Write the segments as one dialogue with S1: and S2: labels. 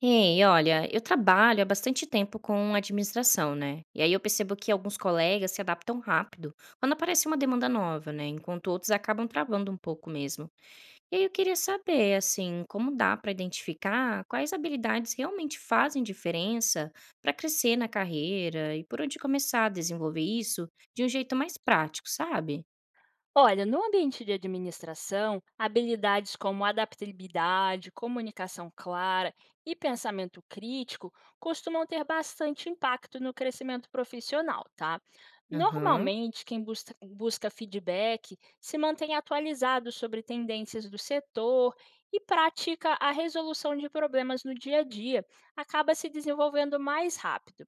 S1: Ei, olha, eu trabalho há bastante tempo com administração, né? E aí eu percebo que alguns colegas se adaptam rápido quando aparece uma demanda nova, né? Enquanto outros acabam travando um pouco mesmo. E aí eu queria saber, assim, como dá para identificar quais habilidades realmente fazem diferença para crescer na carreira e por onde começar a desenvolver isso de um jeito mais prático, sabe?
S2: Olha, no ambiente de administração, habilidades como adaptabilidade, comunicação clara e pensamento crítico costumam ter bastante impacto no crescimento profissional, tá?
S1: Aham,
S2: Normalmente, quem busca feedback se mantém atualizado sobre tendências do setor e pratica a resolução de problemas no dia a dia, acaba se desenvolvendo mais rápido.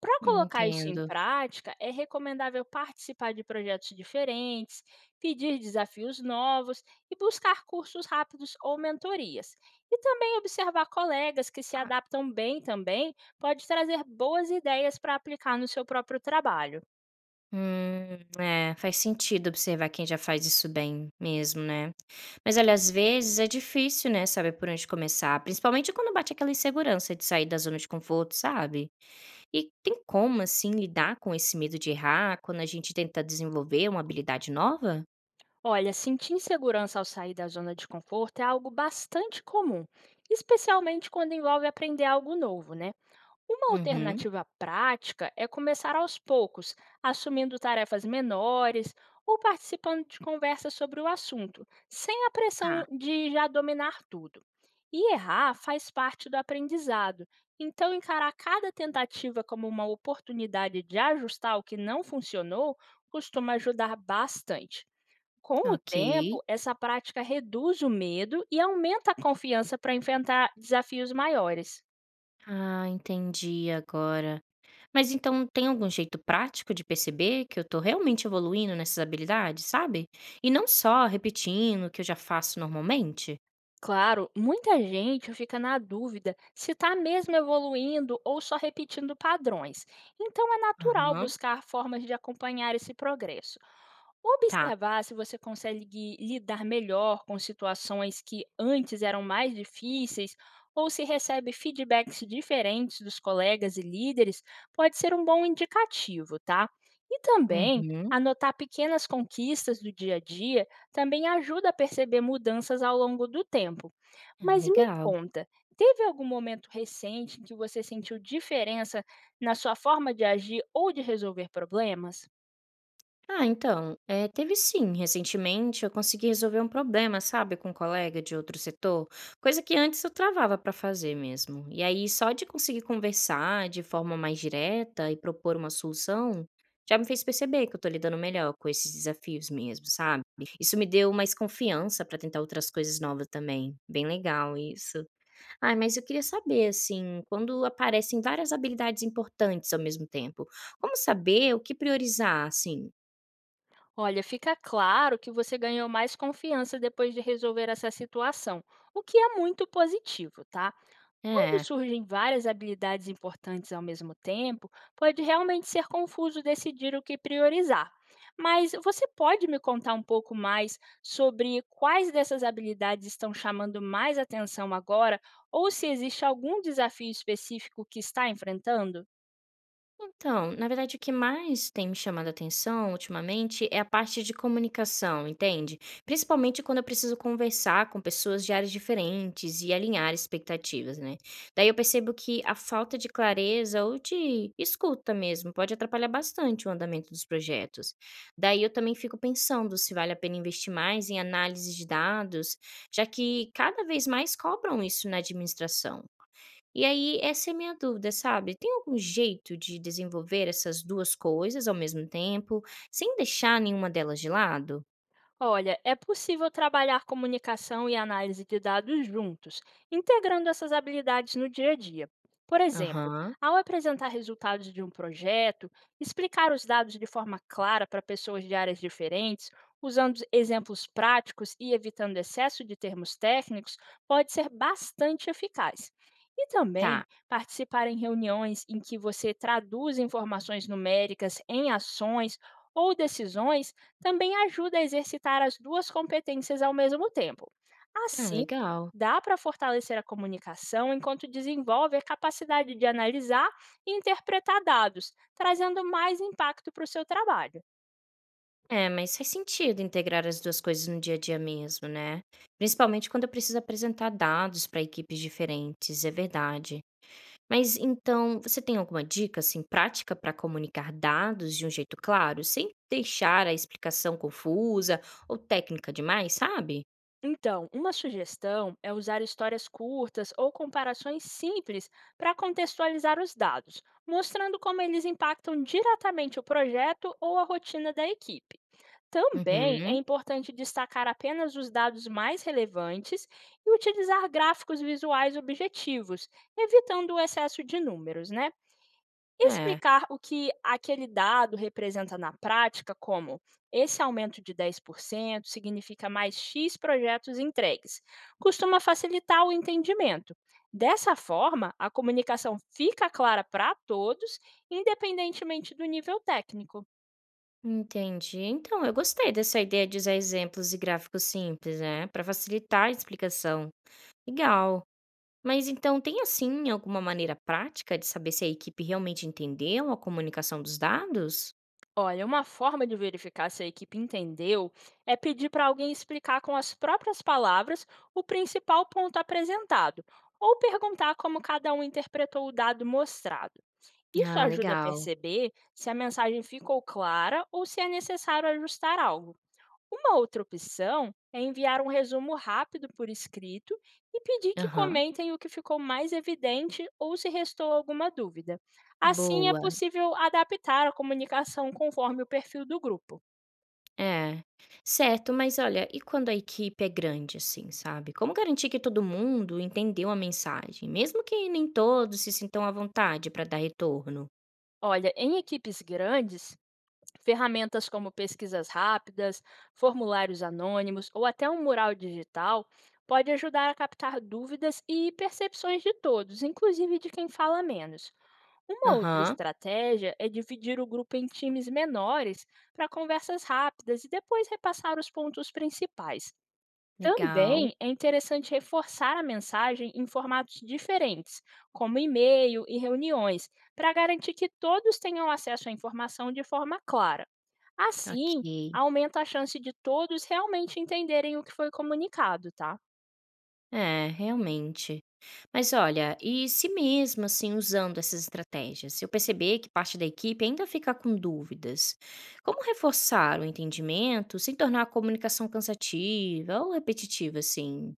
S2: Para colocar isso em
S1: entendo.
S2: prática, é recomendável participar de projetos diferentes, pedir desafios novos e buscar cursos rápidos ou mentorias. E também observar colegas que se adaptam bem também pode trazer boas ideias para aplicar no seu próprio trabalho.
S1: É, faz sentido observar quem já faz isso bem mesmo, né? Mas olha, às vezes é difícil, né, saber por onde começar, principalmente quando bate aquela insegurança de sair da zona de conforto, sabe? E tem como, assim, lidar com esse medo de errar quando a gente tenta desenvolver uma habilidade nova?
S2: Olha, sentir insegurança ao sair da zona de conforto é algo bastante comum, especialmente quando envolve aprender algo novo, né? Uma
S1: Uhum,
S2: alternativa prática é começar aos poucos, assumindo tarefas menores ou participando de conversas sobre o assunto, sem a
S1: tá,
S2: pressão de já dominar tudo. E errar faz parte do aprendizado, então encarar cada tentativa como uma oportunidade de ajustar o que não funcionou costuma ajudar bastante. Com o
S1: ok.
S2: tempo, essa prática reduz o medo e aumenta a confiança para enfrentar desafios maiores.
S1: Ah, entendi agora. Mas então tem algum jeito prático de perceber que eu tô realmente evoluindo nessas habilidades, sabe? E não só repetindo o que eu já faço normalmente?
S2: Claro, muita gente fica na dúvida se está mesmo evoluindo ou só repetindo padrões. Então é natural
S1: Aham,
S2: buscar formas de acompanhar esse progresso.
S1: tá.
S2: Observar se você consegue lidar melhor com situações que antes eram mais difíceis ou se recebe feedbacks diferentes dos colegas e líderes pode ser um bom indicativo, tá? E também
S1: Uhum.
S2: anotar pequenas conquistas do dia a dia também ajuda a perceber mudanças ao longo do tempo.
S1: Ah,
S2: Mas me
S1: legal.
S2: conta, teve algum momento recente em que você sentiu diferença na sua forma de agir ou de resolver problemas?
S1: Ah, então, teve sim. Recentemente eu consegui resolver um problema, sabe, com um colega de outro setor, coisa que antes eu travava para fazer mesmo. E aí, só de conseguir conversar de forma mais direta e propor uma solução, já me fez perceber que eu tô lidando melhor com esses desafios mesmo, sabe? Isso me deu mais confiança para tentar outras coisas novas também. Bem legal isso. Ai, mas eu queria saber, assim, quando aparecem várias habilidades importantes ao mesmo tempo, como saber o que priorizar, assim?
S2: Olha, fica claro que você ganhou mais confiança depois de resolver essa situação, o que é muito positivo, tá? Quando
S1: É.
S2: surgem várias habilidades importantes ao mesmo tempo, pode realmente ser confuso decidir o que priorizar. Mas você pode me contar um pouco mais sobre quais dessas habilidades estão chamando mais atenção agora, ou se existe algum desafio específico que está enfrentando?
S1: Então, na verdade, o que mais tem me chamado a atenção ultimamente é a parte de comunicação, entende? Principalmente quando eu preciso conversar com pessoas de áreas diferentes e alinhar expectativas, né? Daí eu percebo que a falta de clareza ou de escuta mesmo pode atrapalhar bastante o andamento dos projetos. Daí eu também fico pensando se vale a pena investir mais em análise de dados, já que cada vez mais cobram isso na administração. E aí, essa é a minha dúvida, sabe? Tem algum jeito de desenvolver essas 2 coisas ao mesmo tempo, sem deixar nenhuma delas de lado?
S2: Olha, é possível trabalhar comunicação e análise de dados juntos, integrando essas habilidades no dia a dia. Por exemplo,
S1: Aham,
S2: ao apresentar resultados de um projeto, explicar os dados de forma clara para pessoas de áreas diferentes, usando exemplos práticos e evitando excesso de termos técnicos, pode ser bastante eficaz. E também
S1: tá.
S2: participar em reuniões em que você traduz informações numéricas em ações ou decisões também ajuda a exercitar as duas competências ao mesmo tempo.
S1: Ah,
S2: Assim,
S1: legal.
S2: dá para fortalecer a comunicação enquanto desenvolve a capacidade de analisar e interpretar dados, trazendo mais impacto para o seu trabalho.
S1: É, mas faz sentido integrar as 2 coisas no dia a dia mesmo, né? Principalmente quando eu preciso apresentar dados para equipes diferentes, é verdade. Mas então, você tem alguma dica assim prática para comunicar dados de um jeito claro, sem deixar a explicação confusa ou técnica demais, sabe?
S2: Então, uma sugestão é usar histórias curtas ou comparações simples para contextualizar os dados, mostrando como eles impactam diretamente o projeto ou a rotina da equipe. Também é
S1: Uhum.
S2: importante destacar apenas os dados mais relevantes e utilizar gráficos visuais objetivos, evitando o excesso de números, né?
S1: É,
S2: Explicar o que aquele dado representa na prática, como esse aumento de 10% significa mais X projetos entregues, costuma facilitar o entendimento. Dessa forma, a comunicação fica clara para todos, independentemente do nível técnico.
S1: entendi. Então, eu gostei dessa ideia de usar exemplos e gráficos simples, né, para facilitar a explicação. Legal. Mas então, tem assim alguma maneira prática de saber se a equipe realmente entendeu a comunicação dos dados?
S2: Olha, uma forma de verificar se a equipe entendeu é pedir para alguém explicar com as próprias palavras o principal ponto apresentado, ou perguntar como cada um interpretou o dado mostrado. Isso
S1: Ah,
S2: ajuda a
S1: legal.
S2: perceber se a mensagem ficou clara ou se é necessário ajustar algo. Uma outra opção é enviar um resumo rápido por escrito e pedir que
S1: Aham.
S2: comentem o que ficou mais evidente ou se restou alguma dúvida. Assim, é
S1: Boa.
S2: possível adaptar a comunicação conforme o perfil do grupo.
S1: É. Certo, mas olha, e quando a equipe é grande assim, sabe? Como garantir que todo mundo entendeu a mensagem, mesmo que nem todos se sintam à vontade para dar retorno?
S2: Olha, em equipes grandes, ferramentas como pesquisas rápidas, formulários anônimos ou até um mural digital pode ajudar a captar dúvidas e percepções de todos, inclusive de quem fala menos. Uma outra
S1: Aham.
S2: estratégia é dividir o grupo em times menores para conversas rápidas e depois repassar os pontos principais.
S1: Legal.
S2: Também é interessante reforçar a mensagem em formatos diferentes, como e-mail e reuniões, para garantir que todos tenham acesso à informação de forma clara. Assim,
S1: Ok.
S2: aumenta a chance de todos realmente entenderem o que foi comunicado, tá?
S1: É, realmente. Mas olha, e se mesmo assim usando essas estratégias, eu perceber que parte da equipe ainda fica com dúvidas, como reforçar o entendimento sem tornar a comunicação cansativa ou repetitiva, assim?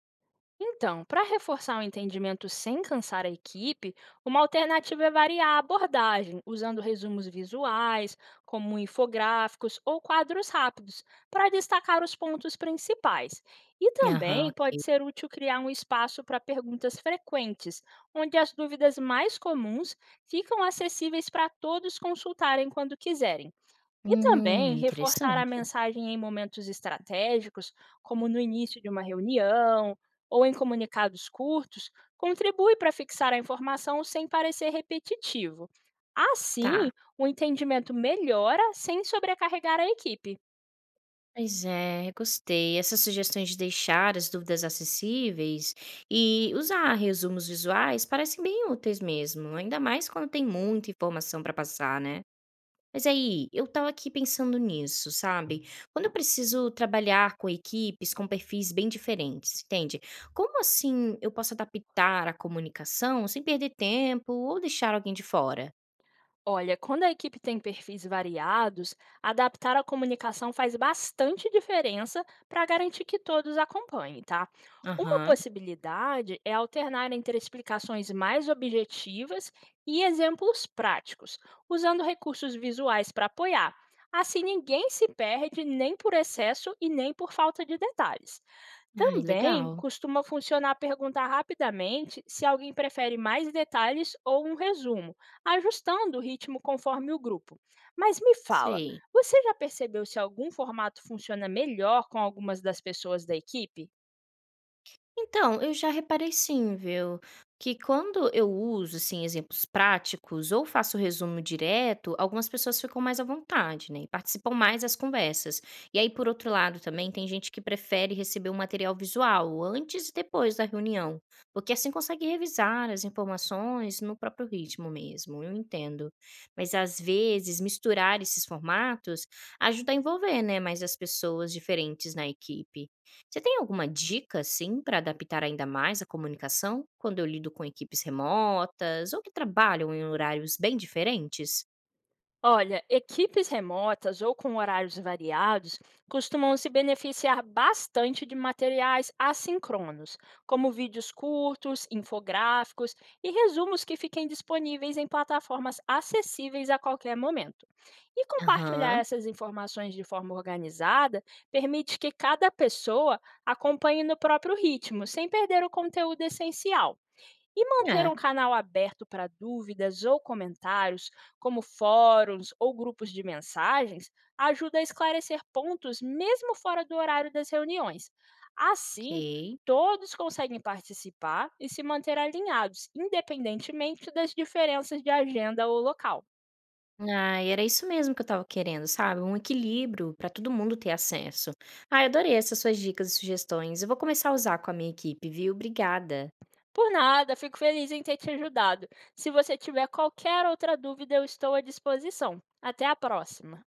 S2: Então, para reforçar o entendimento sem cansar a equipe, uma alternativa é variar a abordagem, usando resumos visuais, como um infográficos ou quadros rápidos, para destacar os pontos principais. E
S1: Aham.
S2: também pode ser útil criar um espaço para perguntas frequentes, onde as dúvidas mais comuns ficam acessíveis para todos consultarem quando quiserem. E também reforçar a
S1: Interessante.
S2: mensagem em momentos estratégicos, como no início de uma reunião ou em comunicados curtos, contribui para fixar a informação sem parecer repetitivo.
S1: Tá.
S2: Assim, o entendimento melhora sem sobrecarregar a equipe.
S1: Pois é, gostei. Essas sugestões de deixar as dúvidas acessíveis e usar resumos visuais parecem bem úteis mesmo, ainda mais quando tem muita informação para passar, né? Mas aí, eu estava aqui pensando nisso, sabe? Quando eu preciso trabalhar com equipes com perfis bem diferentes, entende? Como assim eu posso adaptar a comunicação sem perder tempo ou deixar alguém de fora?
S2: Olha, quando a equipe tem perfis variados, adaptar a comunicação faz bastante diferença para garantir que todos acompanhem, tá? Uma
S1: Aham.
S2: possibilidade é alternar entre explicações mais objetivas e exemplos práticos, usando recursos visuais para apoiar. Assim, ninguém se perde nem por excesso e nem por falta de detalhes.
S1: Ai,
S2: Também
S1: legal.
S2: costuma funcionar perguntar rapidamente se alguém prefere mais detalhes ou um resumo, ajustando o ritmo conforme o grupo. Mas me fala,
S1: Sei.
S2: você já percebeu se algum formato funciona melhor com algumas das pessoas da equipe?
S1: Então, eu já reparei sim, viu? Que quando eu uso, assim, exemplos práticos ou faço resumo direto, algumas pessoas ficam mais à vontade, né? E participam mais das conversas. E aí, por outro lado, também tem gente que prefere receber o material visual antes e depois da reunião, porque assim consegue revisar as informações no próprio ritmo mesmo. Eu entendo. Mas às vezes, misturar esses formatos ajuda a envolver, né, mais as pessoas diferentes na equipe. Você tem alguma dica, assim, para adaptar ainda mais a comunicação quando eu lido com equipes remotas ou que trabalham em horários bem diferentes?
S2: Olha, equipes remotas ou com horários variados costumam se beneficiar bastante de materiais assíncronos, como vídeos curtos, infográficos e resumos que fiquem disponíveis em plataformas acessíveis a qualquer momento. E compartilhar
S1: Aham,
S2: essas informações de forma organizada permite que cada pessoa acompanhe no próprio ritmo, sem perder o conteúdo essencial. E manter
S1: é,
S2: um canal aberto para dúvidas ou comentários, como fóruns ou grupos de mensagens, ajuda a esclarecer pontos mesmo fora do horário das reuniões. Assim,
S1: ok.
S2: todos conseguem participar e se manter alinhados, independentemente das diferenças de agenda ou local.
S1: Ah, e era isso mesmo que eu tava querendo, sabe? Um equilíbrio para todo mundo ter acesso. Ah, eu adorei essas suas dicas e sugestões. Eu vou começar a usar com a minha equipe, viu? Obrigada.
S2: Por nada, fico feliz em ter te ajudado. Se você tiver qualquer outra dúvida, eu estou à disposição. Até a próxima!